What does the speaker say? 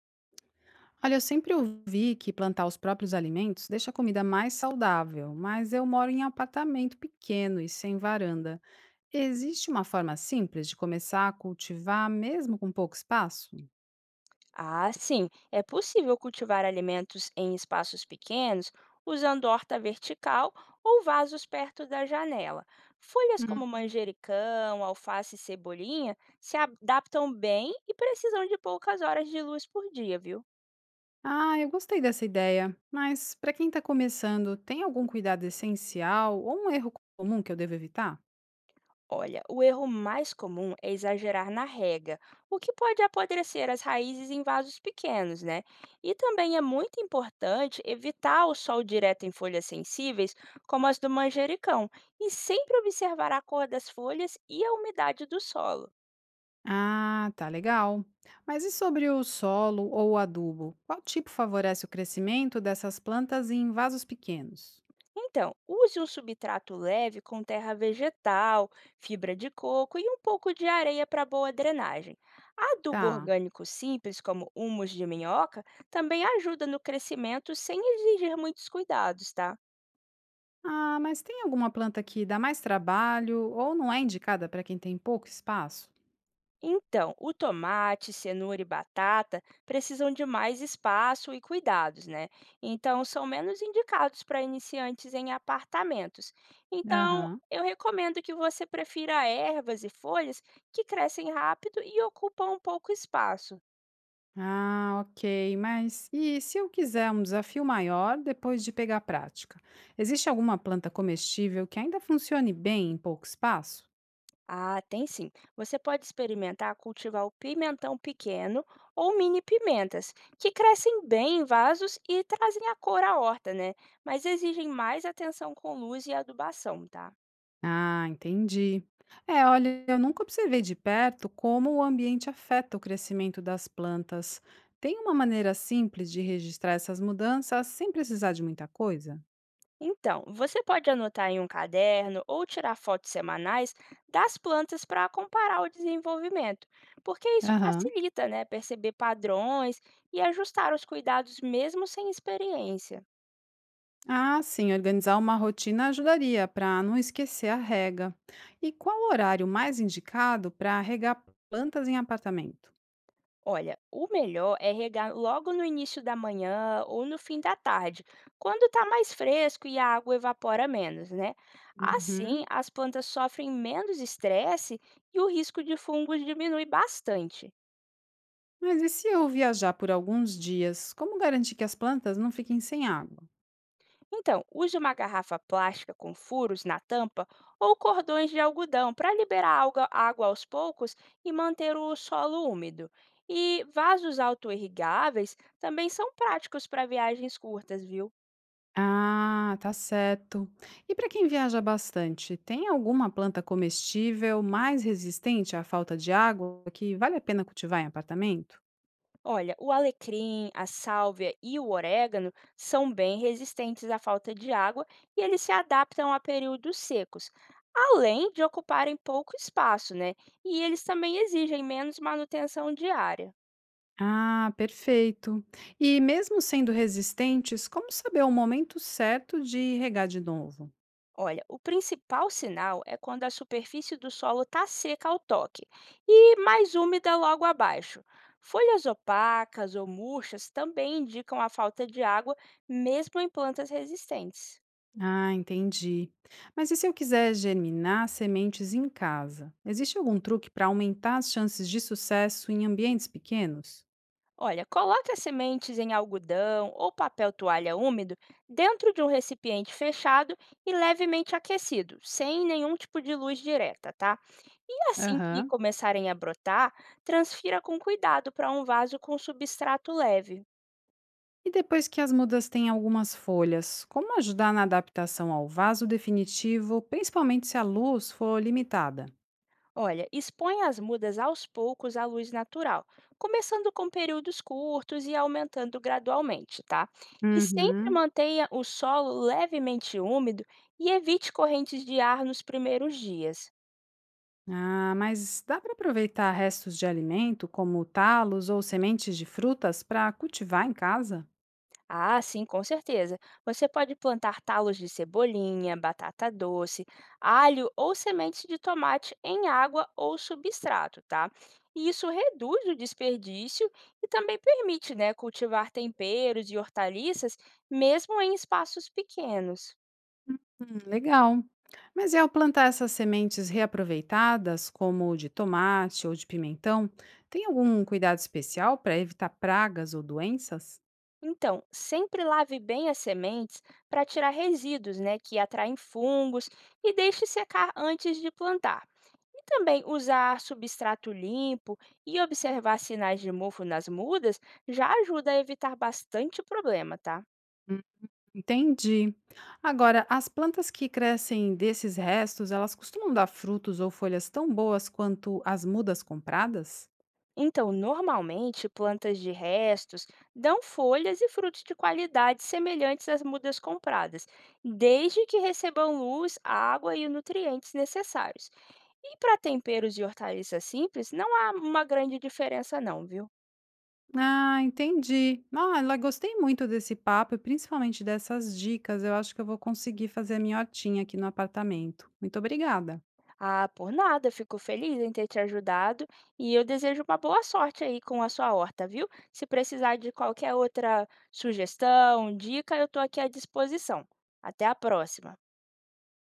Olha, eu sempre ouvi que plantar os próprios alimentos deixa a comida mais saudável, mas eu moro em apartamento pequeno e sem varanda. Existe uma forma simples de começar a cultivar mesmo com pouco espaço? Ah, sim, é possível cultivar alimentos em espaços pequenos usando horta vertical ou vasos perto da janela. Folhas Hum. como manjericão, alface e cebolinha se adaptam bem e precisam de poucas horas de luz por dia, viu? Ah, eu gostei dessa ideia, mas para quem está começando, tem algum cuidado essencial ou um erro comum que eu devo evitar? Olha, o erro mais comum é exagerar na rega, o que pode apodrecer as raízes em vasos pequenos, né? E também é muito importante evitar o sol direto em folhas sensíveis, como as do manjericão, e sempre observar a cor das folhas e a umidade do solo. Ah, tá legal. Mas e sobre o solo ou o adubo? Qual tipo favorece o crescimento dessas plantas em vasos pequenos? Então, use um substrato leve com terra vegetal, fibra de coco e um pouco de areia para boa drenagem. Adubo Tá. orgânico simples, como humus de minhoca, também ajuda no crescimento sem exigir muitos cuidados, tá? Ah, mas tem alguma planta que dá mais trabalho ou não é indicada para quem tem pouco espaço? Então, o tomate, cenoura e batata precisam de mais espaço e cuidados, né? Então, são menos indicados para iniciantes em apartamentos. Então, Aham. eu recomendo que você prefira ervas e folhas que crescem rápido e ocupam um pouco espaço. Ah, ok. Mas e se eu quiser um desafio maior depois de pegar a prática? Existe alguma planta comestível que ainda funcione bem em pouco espaço? Ah, tem sim. Você pode experimentar cultivar o pimentão pequeno ou mini pimentas, que crescem bem em vasos e trazem a cor à horta, né? Mas exigem mais atenção com luz e adubação, tá? Ah, entendi. É, olha, eu nunca observei de perto como o ambiente afeta o crescimento das plantas. Tem uma maneira simples de registrar essas mudanças sem precisar de muita coisa? Então, você pode anotar em um caderno ou tirar fotos semanais das plantas para comparar o desenvolvimento, porque isso Aham. facilita, né, perceber padrões e ajustar os cuidados mesmo sem experiência. Ah, sim, organizar uma rotina ajudaria para não esquecer a rega. E qual o horário mais indicado para regar plantas em apartamento? Olha, o melhor é regar logo no início da manhã ou no fim da tarde, quando está mais fresco e a água evapora menos, né? Assim, Uhum. as plantas sofrem menos estresse e o risco de fungos diminui bastante. Mas e se eu viajar por alguns dias, como garantir que as plantas não fiquem sem água? Então, use uma garrafa plástica com furos na tampa ou cordões de algodão para liberar água aos poucos e manter o solo úmido. E vasos autoirrigáveis também são práticos para viagens curtas, viu? Ah, tá certo. E para quem viaja bastante, tem alguma planta comestível mais resistente à falta de água que vale a pena cultivar em apartamento? Olha, o alecrim, a sálvia e o orégano são bem resistentes à falta de água e eles se adaptam a períodos secos, além de ocuparem pouco espaço, né? E eles também exigem menos manutenção diária. Ah, perfeito. E mesmo sendo resistentes, como saber o momento certo de regar de novo? Olha, o principal sinal é quando a superfície do solo está seca ao toque e mais úmida logo abaixo. Folhas opacas ou murchas também indicam a falta de água, mesmo em plantas resistentes. Ah, entendi. Mas e se eu quiser germinar sementes em casa? Existe algum truque para aumentar as chances de sucesso em ambientes pequenos? Olha, coloque as sementes em algodão ou papel toalha úmido dentro de um recipiente fechado e levemente aquecido, sem nenhum tipo de luz direta, tá? E assim que Aham. começarem a brotar, transfira com cuidado para um vaso com substrato leve. E depois que as mudas têm algumas folhas, como ajudar na adaptação ao vaso definitivo, principalmente se a luz for limitada? Olha, expõe as mudas aos poucos à luz natural, começando com períodos curtos e aumentando gradualmente, tá? E sempre Uhum. mantenha o solo levemente úmido e evite correntes de ar nos primeiros dias. Ah, mas dá para aproveitar restos de alimento, como talos ou sementes de frutas, para cultivar em casa? Ah, sim, com certeza. Você pode plantar talos de cebolinha, batata doce, alho ou sementes de tomate em água ou substrato, tá? E isso reduz o desperdício e também permite, né, cultivar temperos e hortaliças mesmo em espaços pequenos. Legal. Mas e ao plantar essas sementes reaproveitadas, como de tomate ou de pimentão, tem algum cuidado especial para evitar pragas ou doenças? Então, sempre lave bem as sementes para tirar resíduos, né, que atraem fungos e deixe secar antes de plantar. E também usar substrato limpo e observar sinais de mofo nas mudas já ajuda a evitar bastante problema, tá? Hum, entendi. Agora, as plantas que crescem desses restos, elas costumam dar frutos ou folhas tão boas quanto as mudas compradas? Então, normalmente, plantas de restos dão folhas e frutos de qualidade semelhantes às mudas compradas, desde que recebam luz, água e nutrientes necessários. E para temperos de hortaliças simples, não há uma grande diferença não, viu? Ah, entendi. Ah, ela gostei muito desse papo e principalmente dessas dicas. Eu acho que eu vou conseguir fazer a minha hortinha aqui no apartamento. Muito obrigada. Ah, por nada, fico feliz em ter te ajudado e eu desejo uma boa sorte aí com a sua horta, viu? Se precisar de qualquer outra sugestão, dica, eu estou aqui à disposição. Até a próxima.